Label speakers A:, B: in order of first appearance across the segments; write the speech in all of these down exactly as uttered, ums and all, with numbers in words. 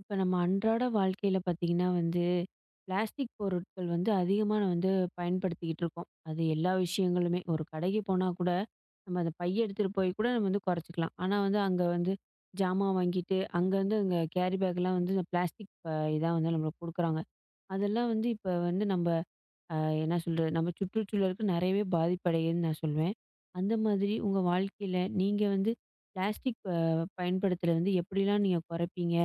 A: இப்போ நம்ம அன்றாட வாழ்க்கையில் பார்த்தீங்கன்னா வந்து பிளாஸ்டிக் பொருட்கள் வந்து அதிகமாக நம்ம வந்து பயன்படுத்திக்கிட்டு இருக்கோம். அது எல்லா விஷயங்களுமே, ஒரு கடைக்கு போனால் கூட நம்ம அந்த பைய எடுத்துகிட்டு போய் கூட நம்ம வந்து குறைச்சிக்கலாம். ஆனால் வந்து அங்கே வந்து ஜாமான் வாங்கிட்டு அங்கே வந்து அங்கே கேரி பேக்லாம் வந்து இந்த பிளாஸ்டிக் இதாக வந்து நம்மளுக்கு கொடுக்குறாங்க. அதெல்லாம் வந்து இப்போ வந்து நம்ம அ என்ன சொல்றது? நம்ம சுற்றுச்சூழலுக்கு நிறையவே பாதிப்படையுதுன்னு நான் சொல்வேன். அந்த மாதிரி உங்க வாழ்க்கையில நீங்க வந்து பிளாஸ்டிக் ப பயன்படுத்துறத வந்து எப்படிலாம் நீங்க குறைப்பீங்க?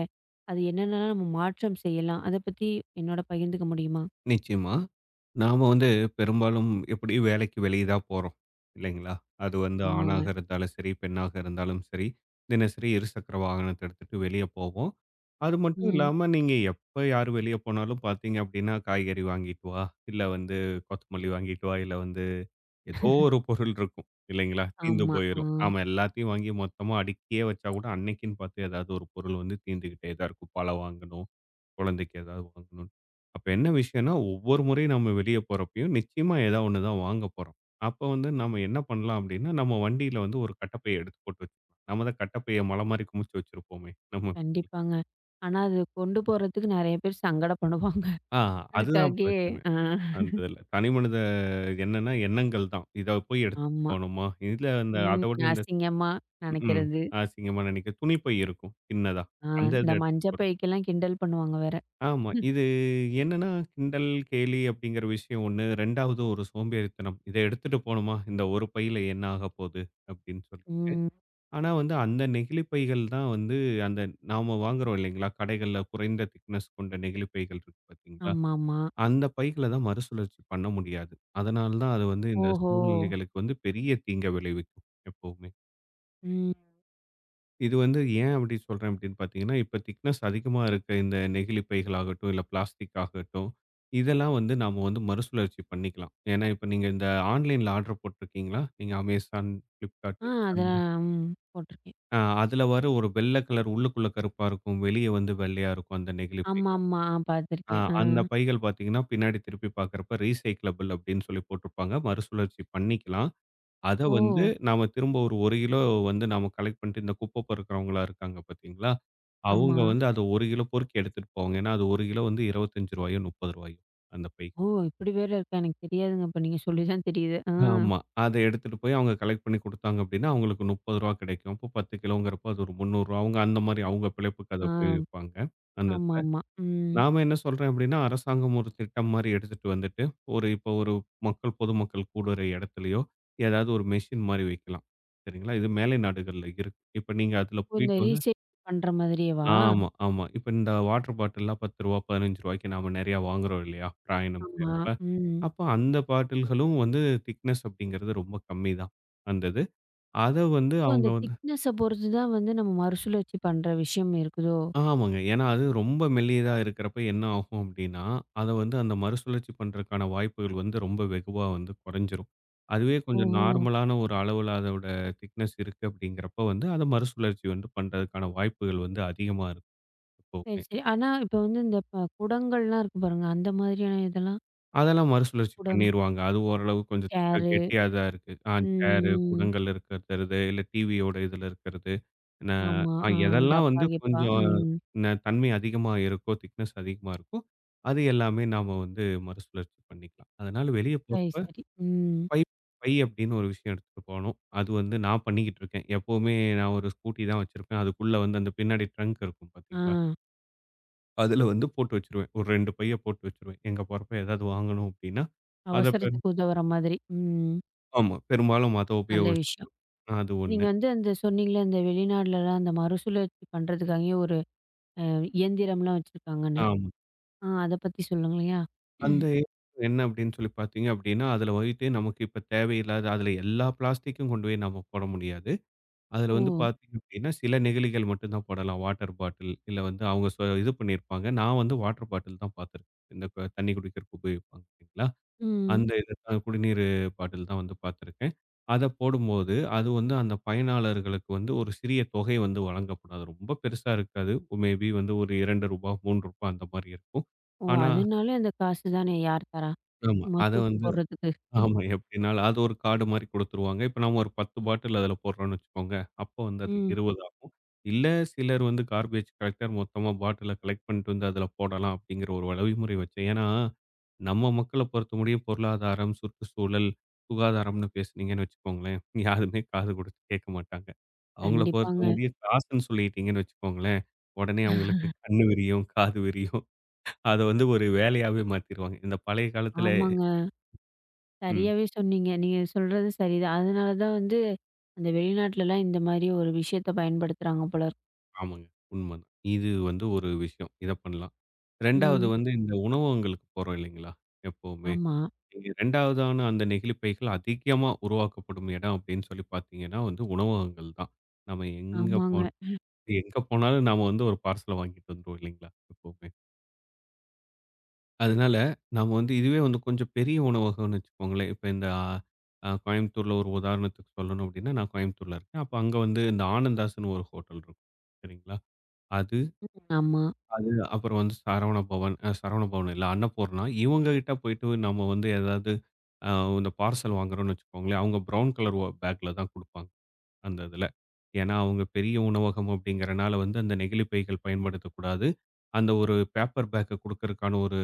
A: அது என்னென்னலாம் நம்ம மாற்றம் செய்யலாம்? அத பத்தி என்னோட பகிர்ந்துக்க முடியுமா?
B: நிச்சயமா. நாம வந்து பெரும்பாலும் எப்படி வேலைக்கு வெளிய தான் போறோம், இல்லைங்களா? அது வந்து
A: ஆமாங்க.
B: ஆணாக இருந்தாலும் சரி, பெண்ணாக இருந்தாலும் சரி, தினசரி இருசக்கர வாகனத்த எடுத்துட்டு வெளிய போவோம். அது மட்டும்
A: ம்.
B: இல்லாம நீங்க எப்ப யார் வெளிய போனாலும் பார்த்தீங்க அப்படின்னா, காய்கறி வாங்கிட்டு வா, இல்ல வந்து கொத்தமல்லி வாங்கிட்டு வா, இல்ல வந்து ஏதோ ஒரு பொருள் இருக்கும் இல்லைங்களா? தீந்து
A: ஆமா. ஆ.
B: போயிரும். ஆமா, எல்லாத்தையும் வாங்கி மொத்தமா அடுக்கியே வச்சா கூட அன்னைக்குன்னு பார்த்து ஏதாவது ஒரு பொருள் வந்து தீந்துகிட்டே தான் இருக்கும். பழம் வாங்கணும், குழந்தைக்கு ஏதாவது வாங்கணும்னு. அப்ப என்ன விஷயம்னா, ஒவ்வொரு முறையும் நம்ம வெளிய போறப்பயும் நிச்சயமா ஏதாவது ஒண்ணு தான் வாங்க போறோம். அப்ப வந்து நம்ம என்ன பண்ணலாம் அப்டின்னா, நம்ம வண்டியில வந்து ஒரு கட்டப்பைய எடுத்து போட்டு வச்சுக்கலாம். நம்ம தான் கட்டப்பைய மலை மாரி குமிச்சு வச்சிருப்போமே! நம்ம
A: கண்டிப்பாங்க. ஆனா அது கொண்டு போறதுக்கு நிறைய பேர் சங்கடப்படுவாங்க.
B: ஆ அதுதான்
A: அதுக்காகயே.
B: பிரச்சனை.
A: ஆ.
B: அந்த இதுல. தனி மனித என்னன்னா எண்ணங்கள் தான். இத போய் எடுத்துட்டு
A: ஆமா.
B: போணுமா? இல்ல அந்த அத
A: ம்.
B: விட இந்த
A: அசிங்கமா
B: ம்
A: நெனைக்கிறது.
B: அசிங்கமா நெனைக்க துணிப்பை இருக்கும். சின்னதா.
A: ஆ,
B: அந்த இத
A: இந்த
B: எடுத்துட்டு
A: மஞ்ச
B: போய்
A: பைக்கெல்லாம் கிண்டல் பண்ணுவாங்க வேற.
B: ஆமா. இது என்னன்னா, கிண்டல், கேலி அப்படிங்கிற விஷயம் ஒன்று. 2வது ஒரு சோம்பேறித்தனம். "இத எடுத்துட்டு போணுமா? இந்த ஒரு பையில என்ன ஆகப்போது?" அப்படின்னு சொல்லி.
A: ம்.
B: ஆனா வந்து அந்த நெகிழி பைகள் தான் வந்து அந்த நாம வாங்குறோம் இல்லைங்களா? கடைகள்ல குறைந்த திக்னஸ் கொண்ட நெகிழி பைகள் இருக்கு பார்த்தீங்களா?
A: ஆமாமா.
B: அந்த பைகள தான் மறுசுழற்சி பண்ண முடியாது. அதனால தான் அது வந்து இந்த
A: ஓஹோ!
B: சூழ்நிலைகளுக்கு வந்து பெரிய தீங்க விளைவிக்கும் எப்பவுமே.
A: ம்.
B: இது வந்து ஏன் அப்படி சொல்றேன் அப்படின்னு பார்த்தீங்கன்னா, இப்ப திக்னெஸ் அதிகமா இருக்க இந்த நெகிழி பைகளாகட்டும், இல்ல பிளாஸ்டிக் ஆகட்டும், இதெல்லாம் வந்து நாம வந்து மறுசுழற்சி பண்ணிக்கலாம். ஏன்னா, இப்ப நீங்க இந்த ஆன்லைன்ல ஆர்டர் போட்டுருக்கீங்களா? நீங்க Amazon, Flipkart
A: ஆ,
B: அந்த
A: அதெல்லாம் ம் போட்டுருக்கேன்.
B: ஆ அதில வர ஒரு வெள்ள கலர் உள்ளுக்குள்ள கருப்பா இருக்கும். வெளிய வந்து வெள்ளையா இருக்கும் அந்த நெகிழி பைகள்.
A: ஆமாமா. ஆ,
B: ஆ
A: பார்த்துருக்கேன். ஆ.
B: அந்த பைகள் பார்த்தீங்கன்னா, பின்னாடி திருப்பி பார்க்கிறப்ப ரீசைக்கிளபிள் அப்படின்னு சொல்லி போட்டிருப்பாங்க. மறுசுழற்சி பண்ணிக்கலாம். அத
A: ஓ!
B: வந்து நாம திரும்ப ஒரு 1 கிலோ வந்து நாம கலெக்ட் பண்ணிட்டு இந்த குப்ப பொறுக்குறவங்களா இருக்காங்க பார்த்தீங்களா?
A: ஆமா.
B: அவங்க வந்து அத ஒரு கிலோ பொறுக்கி எடுத்துட்டு போவாங்க. ஏன்னா, அது ஒரு கிலோ வந்து ரூ. 25யோ ரூ. 30யோ அந்த பை.
A: ஓ! இப்படி வேற இருக்கா? எனக்கு தெரியாதுங்க. இப்ப நீங்க சொல்லி தான் தெரியுது. ஆ.
B: ஆமா. அத எடுத்துட்டு போய் அவங்க கலெக்ட் பண்ணி குடுத்தாங்க அப்படின்னா, அவங்களுக்கு ரூ. முப்பது கிடைக்கும். அப்போ பத்து கிலோங்கிறப்போ அது ஒரு ரூ. முந்நூறு அவங்க அந்த மாரி அவங்க பிழைப்புக்கு அத
A: ஆ.
B: உபயோகிப்பாங்க. அந்த
A: ஆமாமா. ம்.
B: நாம என்ன சொல்றேன் அப்படின்னா, அரசாங்கம் ஒரு திட்டம் மாரி எடுத்துட்டு வந்துட்டு, ஒரு இப்போ ஒரு மக்கள் பொதுமக்கள் கூடுற இடத்துலயோ, ஏதாவது ஒரு மெஷின் மாரி வைக்கலாம். சரிங்களா? இது மேலை நாடுகள்ல இருக்கு. இப்ப நீங்க அதில
A: ஓ! இந்த
B: போயிட்டு வந்து
A: ரீசைக்கிள் பண்ற மாதிரியேவா?
B: ஆமா, ஆமா. இப்ப இந்த வாட்டர் பாட்டில்லாம் ரூ. பத்து ரூ. 15க்கு நாம நெறையா வாங்குறோம் இல்லையா? பிரயாணம்
A: ஆமா.
B: செய்றப்ப.
A: ம்.
B: அப்ப அந்த பாட்டில்களும் வந்து திக்னெஸ் அப்படிங்கிறது ரொம்ப கம்மி தான் அந்த இது. அத வந்து
A: ஓ!
B: அவங்க
A: அந்த
B: வந்து
A: திக்னஸ பொறுத்து தான் வந்து நம்ம மறுசுழற்சி பண்ற விஷயம் இருக்குதோ?
B: ஆமாங்க. ஏன்னா, அது ரொம்ப மெல்லியதா இருக்கிறப்ப என்ன ஆகும் அப்டின்னா, அத வந்து அந்த மறுசுழற்சி பண்றதுக்கான வாய்ப்புகள் வந்து ரொம்ப வெகுவா வந்து குறைஞ்சிரும். அதுவே கொஞ்சம்
A: ஓஹோ!
B: நார்மலான ஒரு அளவுல அதோட திக்னெஸ் இருக்கு அப்டிங்கிறப்ப வந்து, அத மறுசுழற்சி வந்து பண்றதுக்கான வாய்ப்புகள் வந்து அதிகமா இருக்கும்
A: சரி,
B: எப்பவுமே.
A: சரி. ஆனா இப்ப வந்து இந்த ப குடங்கள்லாம் இருக்கு பாருங்க. அந்த மாதிரியான இதெல்லாம்?
B: அதெல்லாம் மறுசுழற்சி
A: குடம்,
B: பண்ணிருவாங்க. அது ஓரளவு கொஞ்சம் திக்கா
A: சேரு.
B: கெட்டியா தான் இருக்கு. ஆ சேரு,
A: ம்.
B: குடங்கள் இருக்கிறது, இல்ல டிவியோட இதுல இருக்கிறது. ந
A: ஆமா.
B: அ
A: ஆ.
B: எதெல்லாம்
A: டப்பா
B: வந்து
A: கிப்பா.
B: கொஞ்சம்
A: ம்.
B: ந தன்மை அதிகமா இருக்கோ, திக்னெஸ் அதிகமா இருக்கோ, அது எல்லாமே நாம வந்து மறுசுழற்சி பண்ணிக்கலாம். அதனால வெளிய
A: சரி,
B: போறப்ப
A: சரி. ம்.
B: பை பை அப்படின்னு ஒரு விஷயம் எடுத்துட்டு போணும். அது வந்து நான் பண்ணிக்கிட்டு இருக்கேன். எப்பவுமே நான் ஒரு ஸ்கூட்டி தான் வச்சிருப்பேன். அதுக்குள்ள வந்து அந்த பின்னாடி ட்ரங்க் இருக்கும்
A: ஆ.
B: பார்த்தீங்களா? அதுல வந்து போட்டு வச்சுருவேன். ஒரு ரெண்டு பைய போட்டு வச்சுருவேன். எங்க போறப்ப ஏதாவது வாங்கணும் அப்படின்னா, அத பெரும்
A: அவசரத்துக்கு உதவுற மாதிரி. ம்.
B: ஆமா. பெரும்பாலும் அத
A: நல்ல விஷயம்.
B: உபயோகிச்சுக்குவேன். அது
A: இப்ப
B: ஒன்று.
A: நீங்க வந்து அந்த சொன்னீங்கள்ல, இந்த வெளிநாடுலலாம் அந்த மறுசுழற்சி பண்றதுக்காகவே ஒரு அ இயந்திரம்லாம் வச்சிருக்காங்கன்னு.
B: ஆமா.
A: ஆ, அத பத்தி சொல்லுங்களேன்?
B: அந்த ஏற்றம் என்ன அப்படின்னு சொல்லி பார்த்தீங்க அப்படின்னா, அதில வந்துட்டு நமக்கு இப்ப தேவையில்லாத அதில எல்லா பிளாஸ்டிக்கும் கொண்டு போய் நம்ம போட முடியாது. அதில வந்து
A: ஓ!
B: பார்த்தீங்க அப்படின்னா, சில நெகிழிகள் மட்டும் தான் போடலாம். வாட்டர் பாட்டில் இல்ல வந்து அவங்க சொ இது பண்ணியிருப்பாங்க. நான் வந்து வாட்டர் பாட்டில் தான் பார்த்துருக்கேன். இந்த க தண்ணி குடிக்கிறதுக்கு உபயோகிப்பாங்க இல்லைங்களா?
A: ம்.
B: அந்த இது தான் குடிநீர் பாட்டில் தான் வந்து பார்த்துருக்கேன். அத போடும்போது, அது வந்து அந்த பயனாளர்களுக்கு வந்து ஒரு சிறிய தொகை வந்து வழங்கப்படும். அது ரொம்ப பெருசா இருக்காது. மேபி வந்து ஒரு ரூ. இரண்டு ரூ. மூன்று அந்த மாரி இருக்கும்.
A: ஓ!
B: ஆனா
A: அதுனாலே அந்த காசு தானே யார் தரா?
B: ஆமா.
A: சும்மா
B: அத
A: தூக்கி
B: வந்து
A: போடுறதுக்கு.
B: ஆமா. எப்படின்னாலும் அது ஒரு கார்டு மாரி குடுத்துருவாங்க. இப்ப நாம ஒரு பத்து பாட்டில் அதில போடுறோம்னு வச்சுக்கோங்க. அப்போ வந்து அது
A: ம்.
B: இருபது ஆகும். இல்ல சிலர் வந்து கார்பேஜ் கலெக்டர் மொத்தமா பாட்டில கலெக்ட் பண்ணிட்டு வந்து அதில போடலாம் அப்படிங்கிற ஒரு வழிமுறை வச்சேன். ஏன்னா, நம்ம மக்கள பொறுத்த முடியும் பொருளாதாரம், சுற்றுச்சூழல், சுகாதாரம்னு பேசுனீங்கன்னு வச்சுக்கோங்களேன், யாருமே காது குடுத்து கேட்க மாட்டாங்க. அவங்கள பொறுத்த
A: கண்டிப்பாங்க.
B: முடியும் காசுன்னு சொல்லிட்டீங்கன்னு வச்சுக்கோங்களேன், உடனே அவங்களுக்கு கண்ணு விரியும், காது விரியும். அத வந்து ஒரு வேலையாவே மாத்திருவாங்க. இந்த பழைய காலத்தில
A: ஆமாங்க.
B: ம்.
A: சரியாவே சொன்னீங்க. நீங்க சொல்றது சரிதான். அதனால தான் வந்து அந்த வெளிநாட்டுலலாம் இந்த மாரி ஒரு விஷயத்த பயன்படுத்துறாங்க போல இருக்கு.
B: ஆமாங்க. உண்மதான். இது வந்து ஒரு விஷயம். இத பண்ணலாம். 2வது
A: ம்.
B: வந்து இந்த உணவகங்களுக்கு போறோம் இல்லைங்களா? எப்பவுமே.
A: ஆமா.
B: நீங்க 2வதான அந்த நெகிழிப்பைகள் அதிகமா உருவாக்கப்படும் இடம் அப்படின்னு சொல்லி பார்த்தீங்கன்னா வந்து உணவகங்கள் தான். நம்ம எங்க
A: ஆமாங்க.
B: போன எங்க போனாலும் நாம வந்து ஒரு பார்சல வாங்கிட்டு வந்துருவோம் இல்லைங்களா? எப்பவுமே. அதனால நாம வந்து இதுவே வந்து கொஞ்சம் பெரிய உணவகம்னு வச்சுக்கோங்களேன். இப்ப இந்த அ கோயம்புத்தூர்ல ஒரு உதாரணத்துக்கு சொல்லணும் அப்படின்னா, நான் கோயம்புத்தூர்ல இருக்கேன். அப்ப அங்க வந்து இந்த ஆனந்தாஸ்ன்னு ஒரு ஹோட்டல் இருக்கும். சரிங்களா? அது
A: ஆமா.
B: அது அப்புறம் வந்து சரவண பவன் அ சரவண பவன் இல்ல அன்னபூர்ணா. இவங்க கிட்ட போயிட்டு நம்ம வந்து ஏதாவது அ இந்த பார்சல் வாங்குறோம்னு வச்சுக்கோங்களேன், அவங்க ப்ரவுன் கலர் ஒ பேக்ல தான் குடுப்பாங்க அந்த இதுல. ஏன்னா அவங்க பெரிய உணவகம் அப்படிங்கிறனால வந்து அந்த நெகிழி பைகள் பயன்படுத்தக்கூடாது. அந்த ஒரு பேப்பர் பேக்க குடுக்கறதுக்கான ஒரு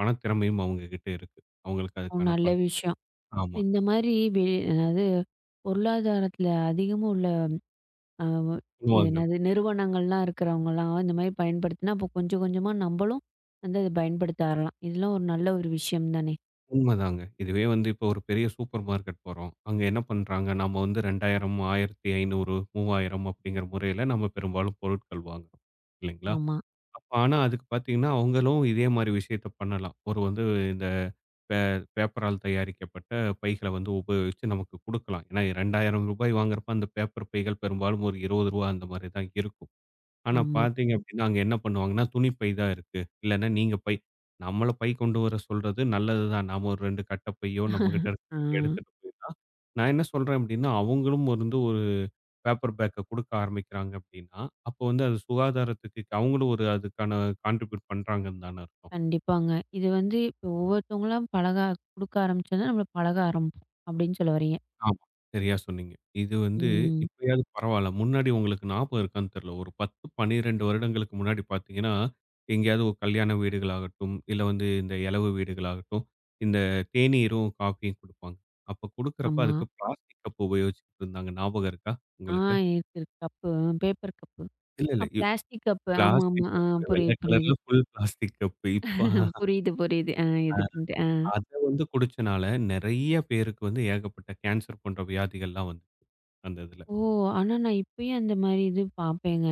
B: பணத்திறமையும் அவங்க கிட்ட இருக்கு. அவங்களுக்கு
A: ஓ!
B: அதுக்கான
A: நல்ல
B: பண்
A: விஷயம்.
B: ஆமா.
A: இந்த மாதிரி வெ அதாவது, பொருளாதாரத்தில அதிகமா உள்ள அ என்னது நிறுவனங்கள்லாம் இருக்கிறவங்கலாம் இந்த மாதிரி பயன்படுத்தினா, அப்போ கொஞ்சம் கொஞ்சமா நம்பளும் வந்து அத பயன்படுத்த ஆரலாம். இதெல்லாம் ஒரு நல்ல ஒரு விஷயம் தானே!
B: உண்மதாங்க. இதுவே வந்து இப்போ ஒரு பெரிய சூப்பர் மார்க்கெட் போறோம். அங்க என்ன பண்றாங்க, நம்ம வந்து இரண்டாயிரம், ஆயிரத்து ஐநூறு, மூவாயிரம் அப்படிங்கிற முறையில நம்ம பெரும்பாலும் பொருட்கள் வாங்குறோம். இல்லைங்களா?
A: ஆமா,
B: அப்ப ஆனா அதுக்கு பார்த்தீங்கன்னா, அவங்களும் இதே மாரி விஷயத்த பண்ணலாம். ஒரு வந்து இந்த பே பேப்பரால் தயாரிக்கப்பட்ட பைகள வந்து உபயோகிச்சு நமக்கு குடுக்கலாம். ஏன்னா ரூ. இரண்டாயிரம் வாங்குறப்ப அந்த பேப்பர் பைகள் பெரும்பாலும் ஒரு ரூ. இருபது அந்த மாரி தான் இருக்கும். ஆனா
A: ஆமா.
B: பார்த்தீங்க அப்படின்னா, அங்க என்ன பண்ணுவாங்கன்னா, துணி பை தான் இருக்கு. இல்லன்னா நீங்க பை நம்மள பை கொண்டு வர சொல்றது நல்லது தான். நாம ஒரு ரெண்டு கட்டை பையோ, நம்மகிட்ட இருக்க
A: ஆ.
B: பையோ எடுத்துட்டு போயிடலாம். நான் என்ன சொல்றேன் அப்படின்னா, அவங்களும் வந்து ஒரு பேப்பர் பேக்க குடுக்க ஆரம்பிக்கிறாங்க அப்படின்னா, அப்போ வந்து அது சுகாதாரத்துக்கு அவங்களும் ஒரு அதுக்கான கான்ட்ரிபியூட் பண்றாங்கன்னு தானே அர்த்தம்.
A: கண்டிப்பாங்க. இது வந்து இப்போ ஒவ்வொருத்தவங்களாம் பழக குடுக்க ஆரம்பிச்சோன்னா, நம்மள பழக ஆரம்பிப்போம் அப்படின்னு சொல்ல வர்றீங்க.
B: ஆமா. சரியா சொன்னீங்க. இது வந்து
A: ம்.
B: இப்பயாவது பரவால்ல. முன்னாடி உங்களுக்கு ஞாபகம் இருக்கான்னு தெரியல. ஒரு பத்து, பன்னிரண்டு வருடங்களுக்கு முன்னாடி பார்த்தீங்கன்னா, எங்கேயாவது ஒரு கல்யாண வீடுகளாகட்டும், இல்ல வந்து இந்த எழவு வீடுகளாகட்டும், இந்த தேநீரும், காஃபியும் குடுப்பாங்க. அப்ப குடுக்குறப்ப
A: ஆமா.
B: அதுக்கு பிளாஸ்டிக் கப் உபயோகிச்சுட்டு இருந்தாங்க. ஞாபகம் இருக்கா
A: ஆ,
B: உங்களுக்கு?
A: இருக்கு, இருக்கு. Cup, paper cup.
B: இல்ல, இல்ல.
A: ஆ,
B: இ
A: பிளாஸ்டிக் கப்பு. ஆமாமா.
B: பிளாஸ்டிக்
A: ஆ,
B: கப்பு வெள்ள
A: புரியுது, புரியுது.
B: கலர்ல ஃபுல் பிளாஸ்டிக் கப்பு.
A: அ,
B: இப்ப
A: புரியுது, புரியுது. ஆ, எதுக்குன்ட்டு. ஆ.
B: அத வந்து குடிச்சனால நெறைய பேருக்கு வந்து ஏகப்பட்ட கேன்சர் போன்ற வியாதிகள்லாம் வந்துச்சு. அந்த இதுல.
A: ஓ! ஆனா நான் இப்பயும் அந்த மாரி இது பார்ப்பேங்க.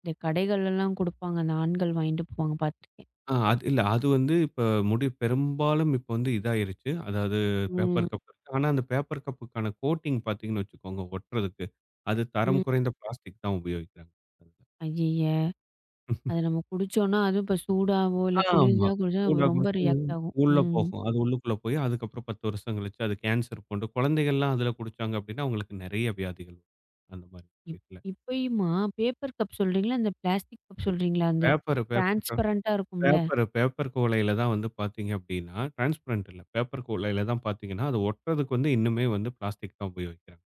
A: இந்த கடைகள்லலாம் குடுப்பாங்க. அந்த ஆண்கள் வாங்கிட்டு போவாங்க பார்த்துருக்கேன்.
B: ஆ அது இல்ல. அது வந்து இப்ப முடி பெரும்பாலும் இப்ப வந்து இதாயிருச்சு. அதாவது பேப்பர்
A: ம்.
B: கப் இருக்கு. ஆனா, அந்த பேப்பர் கப்புக்கான கோட்டிங் பார்த்தீங்கன்னு வச்சுக்கோங்க, ஒட்டுறதுக்கு. அது தரம்
A: ம்.
B: குறைந்த பிளாஸ்டிக் தான் உபயோகிக்கிறாங்க. ஆமா.
A: ஐய்யய்ய! அத நம்ம குடிச்சோம்னா, அதுவும் இப்ப சூடாவோ, இல்ல
B: ஆமா.
A: குளிர்தா குடிச்சா நம்ம
B: சூடா
A: ரொம்ப
B: குடிச்சு
A: ரியாக்ட் ஆகும்.
B: உள்ள
A: ம்.
B: போகும். அது உள்ளுக்குள்ள போய் அதுக்கப்புறம் பத்து வருஷம் கழிச்சு அது கேன்சர் போன்ற குழந்தைகள்லாம் அதில குடிச்சாங்க அப்டின்னா, அவங்களுக்கு நெறைய வியாதிகள் வரும். அந்த மாரி
A: இப்
B: விஷயத்துல.
A: இப்பயுமா பேப்பர் கப் சொல்றீங்களா? அந்த பிளாஸ்டிக் கப் சொல்றீங்களா? அந்த
B: பேப்பர் பேப்பர் கப்
A: டிரான்ஸ்பரண்டா இருக்கும்ல.
B: பேப்பரு பேப்பர் குவளையில தான் வந்து பார்த்தீங்க அப்படின்னா, டிரான்ஸ்பரண்ட் இல்ல. பேப்பர் குவளையில தான் பார்த்தீங்கன்னா, அது ஒட்டுறதுக்கு வந்து இன்னுமே வந்து பிளாஸ்டிக் தான் உபயோகிக்கிறாங்க.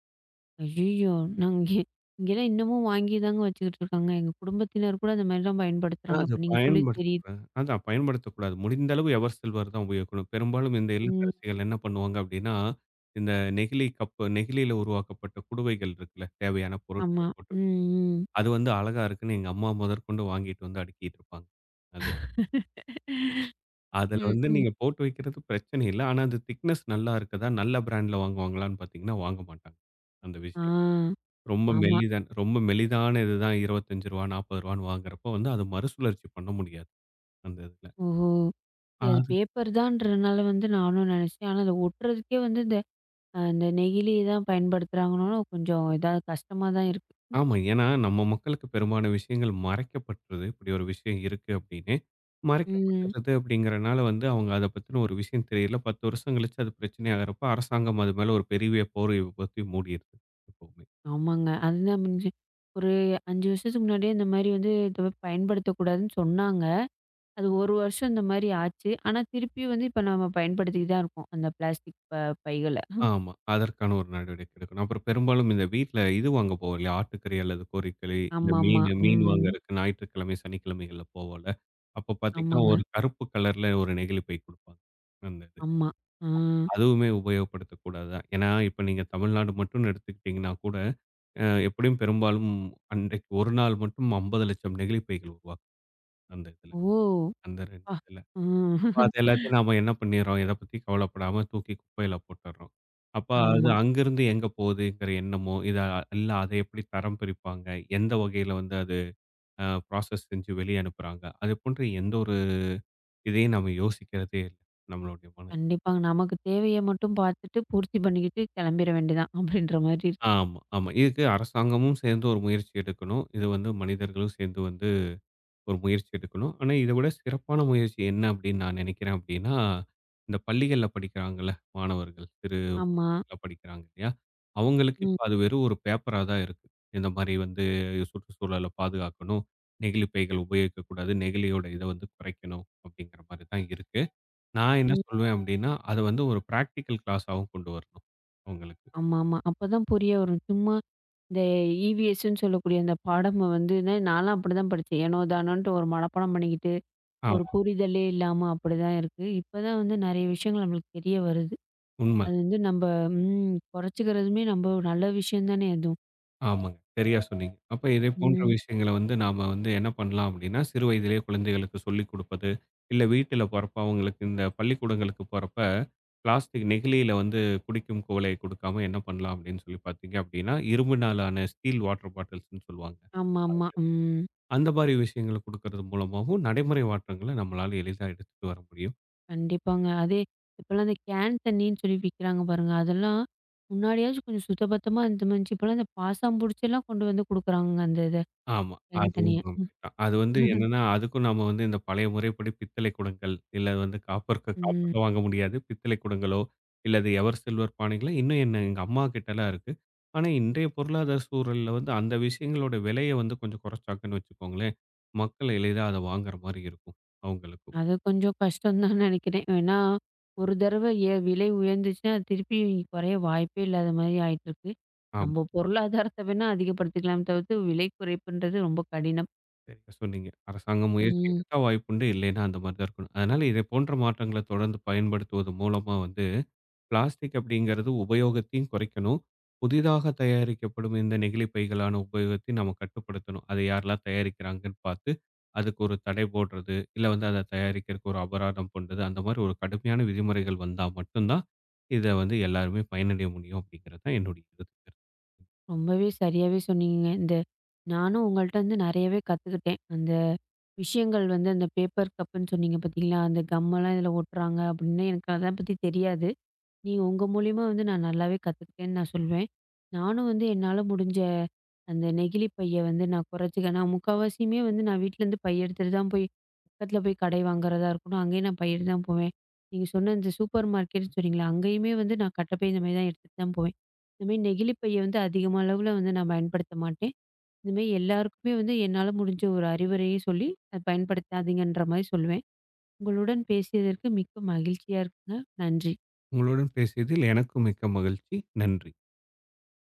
A: ஐய்யய்யோ! நாங்க இங்கே, இங்கேலாம் இன்னமும் வாங்கி தாங்க வச்சுக்கிட்டு இருக்காங்க. எங்க குடும்பத்தினர் கூட அந்த மாரி தான்
B: ஆனா,
A: பயன்படுத்துறாங்க.
B: அது
A: இப்ப நீங்க சொல்லி தெரியுது.
B: பயன்படுத்தக்கூடாது. அதான் பயன்படுத்தக்கூடாது. முடிந்த அளவு எவர் சில்வர் தான் உபயோகிக்கணும். பெரும்பாலும் இந்த
A: ம்.
B: இல்லத்தரசிகள் என்ன பண்ணுவாங்க அப்படின்னா, இந்த நெகிழி கப்பு நெகிழியில உருவாக்கப்பட்ட குடுவைகள் இருக்குல்ல, தேவையான
A: ஆமா.
B: பொருட்கள் போட்டு, வை.
A: ம், ம்.
B: அது வந்து அழகா இருக்குன்னு எங்க அம்மா முதற்கொண்டு வாங்கிட்டு வந்து அடுக்கிட்டு இருப்பாங்க. அது. அதுல
A: ம்,
B: வந்து
A: ம்.
B: நீங்க போட்டு வைக்கிறது பிரச்சனை இல்ல. ஆனா அது திக்னெஸ் நல்லா இருக்குதா? நல்ல பிராண்ட்ல வாங்குவாங்களான்னு பார்த்தீங்கன்னா, வாங்க மாட்டாங்க. அந்த
A: ஆ,
B: விஷயம். ரொம்ப
A: ஆமா.
B: மெல்லிதான் ரொம்ப மெலிதான இதுதான் ரூ. இருபத்தி ஐந்து ரூ. நாற்பது வாங்குறப்போ வந்து அது மறுசுழற்சி பண்ண முடியாது. அந்த இதுல.
A: ஓஹோ! சரி, அது
B: அது
A: பேப்பர் தான்றதுனால வந்து நானும் நினச்சேன். ஆனா, அத ஒட்டுறதுக்கே வந்து இந்த அ இந்த நெகிழி தான் பயன்படுத்துறாங்கன்னோன கொஞ்சம் இதா கஷ்டமா தான் இருக்கு.
B: ஆமா. ஏன்னா நம்ம மக்களுக்கு பெரும்பாலான விஷயங்கள் மறைக்கப்பட்டது. இப்படி ஒரு விஷயம் இருக்கு அப்படின்னு.
A: ம்.
B: மறைக்கப்பட்டது அப்படிங்கிறனால வந்து அவங்க அத பத்தின ஒரு விஷயம் தெரியல. பத்து வருஷம் கழிச்சு அது பிரச்சனை ஆகுறப்போ அரசாங்கம் அது மேல ஒரு பெரிய போரை பத்தி மூடிருது எப்பவுமே.
A: ஆமாங்க. அதுதான் முடிஞ்சு ஒரு ஐந்து வருஷத்துக்கு முன்னாடியே இந்த மாரி வந்து இத பயன்படுத்தக்கூடாதுன்னு சொன்னாங்க. அது ஒரு வருஷம் இந்த மாரி ஆச்சு. ஆனா, திருப்பி வந்து இப்ப நம்ம பயன்படுத்திட்டு தான் இருக்கோம். அந்த பிளாஸ்டிக் ப பைகள.
B: ஆமா. அதற்கான ஒரு நடவடிக்கை எடுக்கணும். அப்புறம் பெரும்பாலும் இந்த வீட்ல இது வாங்க போவோம் இல்லையா? ஆட்டுக்கறி அல்லது கோழிக்கறி, இல்ல
A: ஆமாமா.
B: மீனு. மீன்
A: ம்.
B: வாங்குறதுக்கு ஞாயிற்றுக்கிழமை, சனிக்கிழமைகள்ல போவோம்ல. அப்ப பார்த்தீங்கன்னா,
A: ஆமாங்க.
B: ஒரு கருப்பு கலர்ல ஒரு நெகிழி பை குடுப்பாங்க. அந்த இது.
A: ஆமா. ஆ.
B: அதுவுமே உபயோகப்படுத்தக்கூடாது தான். ஏன்னா, இப்ப நீங்க தமிழ்நாடு மட்டும்னு எடுத்துக்கிட்டீங்கன்னா கூட, அ எப்படியும் பெரும்பாலும் அன்றைக்கு ஒரு நாள் மட்டும் ஐம்பது லட்சம் நெகிழி பைகள் உருவாக்கும் அந்த இதுல.
A: ஓ!
B: அந்த ரெண்டு
A: அப்பா!
B: இதுல. அப்ப
A: ம்.
B: அது எல்லாத்தையும் நாம என்ன பண்ணிர்றோம், எத பத்தி கவலைப்படாம தூக்கி குப்பையில போட்டுர்றோம். அப்ப அது
A: ஆமா.
B: அங்கிருந்து எங்க போகுதுங்கிற எண்ணமோ, இத இல்ல அத எப்படி தரம் பிரிப்பாங்க, எந்த வகையில வந்து அது அ ப்ராசஸ் செஞ்சு வெளிய அனுப்புறாங்க. அது போன்ற எந்த ஒரு இதையும் நம்ம யோசிக்கிறதே இல்ல. நம்மளுடைய மனது.
A: கண்டிப்பாங்க. நமக்கு தேவைய மட்டும் பார்த்துட்டு, பூர்த்தி பண்ணிக்கிட்டு கிளம்பிற வேண்டியதான். அப்படின்ற மாரி இருக்கு.
B: ஆமா, ஆமா. இதுக்கு அரசாங்கமும் சேர்ந்து ஒரு முயற்சி எடுக்கணும். இது வந்து மனிதர்களும் சேர்ந்து வந்து ஒரு முயற்சி எடுக்கணும். ஆனா, இத விட சிறப்பான முயற்சி என்ன அப்படின்னு நான் நினைக்கிறேன் அப்படின்னா, இந்த பள்ளிகள்ல படிக்கிறாங்கல்ல மாணவர்கள், சிறு
A: ஆமா.
B: மாணவிகள்லாம் படிக்கிறாங்க இல்லையா? அவங்களுக்கு
A: ம்,
B: இப்ப அது வெறும் ஒரு பேப்பரா தான் இருக்கு. இந்த மாரி வந்து சுற்றுச்சூழல பாதுகாக்கணும், நெகிழி பைகள் உபயோகிக்கக்கூடாது, நெகிழியோட இத வந்து குறைக்கணும் அப்படிங்கிற மாரி தான் இருக்கு. நான் என்ன
A: ம்.
B: சொல்வேன் அப்படின்னா, அத வந்து ஒரு பிராக்டிகல் கிளாஸாவும் கொண்டு வரணும் அவங்களுக்கு.
A: ஆமாமா. அப்பதான் புரிய வரும். சும்மா இந்த இவிஎஸ்ன்னு சொல்லக்கூடிய அந்த பாடம வந்து நான்லாம் அப்படிதான் படிச்சேன். ஏனோ தானோன்ட்டு ஒரு மனப்பாடம் பண்ணிக்கிட்டு, ஒரு
B: ஆமா,
A: புரிதலே இல்லாம அப்படிதான் இருக்கு. இப்பதான் வந்து நெறைய விஷயங்கள் நம்மளுக்கு தெரிய வருது.
B: உண்ம.
A: அது வந்து நம்ப ம் குறைச்சுக்கிறதுமே நம்ப நல்ல விஷயம் தானே அதுவும்.
B: ஆமாங்க. சரியா சொன்னீங்க. அப்ப இதை போன்ற
A: ம்.
B: விஷயங்கள வந்து நாம வந்து என்ன பண்ணலாம் அப்படின்னா, சிறு வயதிலேயே குழந்தைகளுக்கு சொல்லிக் குடுப்பது, இல்ல வீட்டில போறப்ப அவங்களுக்கு இந்த பள்ளிக்கூடங்களுக்கு போறப்ப, பிளாஸ்டிக் நெகிழியில வந்து குடிக்கும் குவளைய குடுக்காம என்ன பண்ணலாம் அப்படின்னு சொல்லி பார்த்தீங்க அப்படின்னா, இரும்புனாலான ஸ்டீல் வாட்டர் பாட்டில்ஸ்ன்னு சொல்லுவாங்க.
A: ஆமாமா. ம்.
B: அந்த மாரி விஷயங்கள குடுக்கறது மூலமாவும் நடைமுறை மாற்றங்கள நம்மளால எளிதா எடுத்துட்டு வர முடியும்.
A: கண்டிப்பாங்க. அதே இப்போலாம் அந்த கேன் தண்ணின்னு சொல்லி விக்கிறாங்க பாருங்க. அதெல்லாம் முன்னாடியாச்சும் கொஞ்சம் சுத்தபத்தமா இருந்துச்சு. இப்போலாம் இந்த பாசம் புடிச்செல்லாம் கொண்டு வந்து குடுக்குறாங்கங்க அந்த இத,
B: ஆமா.
A: கேன்
B: அதுவும்
A: தண்ணிய.
B: அப்படித்தான். அது வந்து என்னன்னா, அதுக்கும் நாம வந்து இந்த பழைய முறைப்படி பித்தளை குடங்கள், இல்ல வந்து காப்பர்
A: ம்.
B: காப்பர்ல வாங்க முடியாது. பித்தளை குடங்களோ, இல்ல அது எவர் சில்வர் பானைகளோ, இன்னும் என்ன எங்க அம்மா கிட்டலாம் இருக்கு. ஆனா, இன்றைய பொருளாதார சூழல்ல வந்து அந்த விஷயங்களோட விலைய வந்து கொஞ்சம் குறைச்சாங்கன்னு வச்சுக்கோங்களேன், மக்கள் எளிதா அத வாங்குற மாரி இருக்கும், அவங்களுக்கும்.
A: அது கொஞ்சம் கஷ்டம் தான் நெனைக்கிறேன். ஏன்னா, ஒரு தடவ ஏ விலை உயர்ந்துச்சுன்னா, அது திருப்பி குறைய வாய்ப்பே இல்லாத மாரி ஆயிட்டுருக்கு.
B: ஆமா,
A: நம்ம பொருளாதாரத்த வேணா அதிகப்படுத்திக்கலாமே தவிர்த்து, விலை குறைப்புன்றது ரொம்ப கடினம்.
B: சரியா சொன்னீங்க. அரசாங்கம் முயற்சி
A: ம்.
B: எடுத்தா வாய்ப்புண்டு, இல்லைன்னா அந்த மாரி தான் இருக்கணும். அதனால இதை போன்ற மாற்றங்கள தொடர்ந்து பயன்படுத்துவது மூலமா வந்து பிளாஸ்டிக் அப்படிங்கிறது உபயோகத்தையும் குறைக்கணும். புதிதாக தயாரிக்கப்படும் இந்த நெகிழி பைகளான உபயோகத்தை நம்ம கட்டுப்படுத்தணும். அதை யாரெல்லாம் தயாரிக்கிறாங்கன்னு பார்த்து, அதுக்கு ஒரு தடை போடுறது, இல்ல வந்து அத தயாரிக்கிறதுக்கு ஒரு அபராதம் போடுறது, அந்த மாதிரி ஒரு கடுமையான விதிமுறைகள் வந்தா மட்டும் தான், இத வந்து எல்லாருமே பயனடைய முடியும் அப்படிங்கிறது தான் என்னுடைய கருத்து.
A: ரொம்பவே சரியாவே சொன்னீங்கங்க. இந்த நானும் உங்கள்ட்ட வந்து நெறையவே கத்துக்கிட்டேன். அந்த விஷயங்கள் வந்து அந்த பேப்பர் கப்புன்னு சொன்னீங்க பார்த்தீங்களா? அந்த கம்மெல்லாம் இதில ஒட்டுறாங்க அப்படின்னு எனக்கு அத பத்தி தெரியாது. நீங்க உங்க மூலியமா வந்து நான் நல்லாவே கத்துக்கிட்டேன்னு நான் சொல்வேன். நானும் வந்து என்னால முடிஞ்ச அந்த நெகிழி பைய வந்து நான் குறைச்சுக்க நான் முக்காவாசியுமே வந்து நான் வீட்லேருந்து பை எடுத்துட்டு தான் போய் பக்கத்தில போய் கடை வாங்குறதா இருக்கட்டும், அங்கேயும் நான் பை எடுத்து தான் போவேன். நீங்க சொன்ன இந்த சூப்பர் மார்க்கெட்ன்னு சொன்னீங்களா? அங்கேயுமே வந்து நான் கட்டப்பை இந்த மாரி தான் எடுத்துட்டு தான் போவேன். இந்த மாரி நெகிழி பைய வந்து அதிகமா அளவுல வந்து நான் பயன்படுத்த மாட்டேன். இந்த மாரி எல்லாருக்குமே வந்து என்னால முடிஞ்ச ஒரு அறிவுரையை சொல்லி, அத பயன்படுத்தாதீங்கன்ற மாரி சொல்லுவேன். உங்களுடன் பேசியதற்கு மிக்க மகிழ்ச்சியா இருக்குங்க. நன்றி.
B: உங்களுடன் பேசியதில் எனக்கும் மிக்க மகிழ்ச்சி. நன்றி.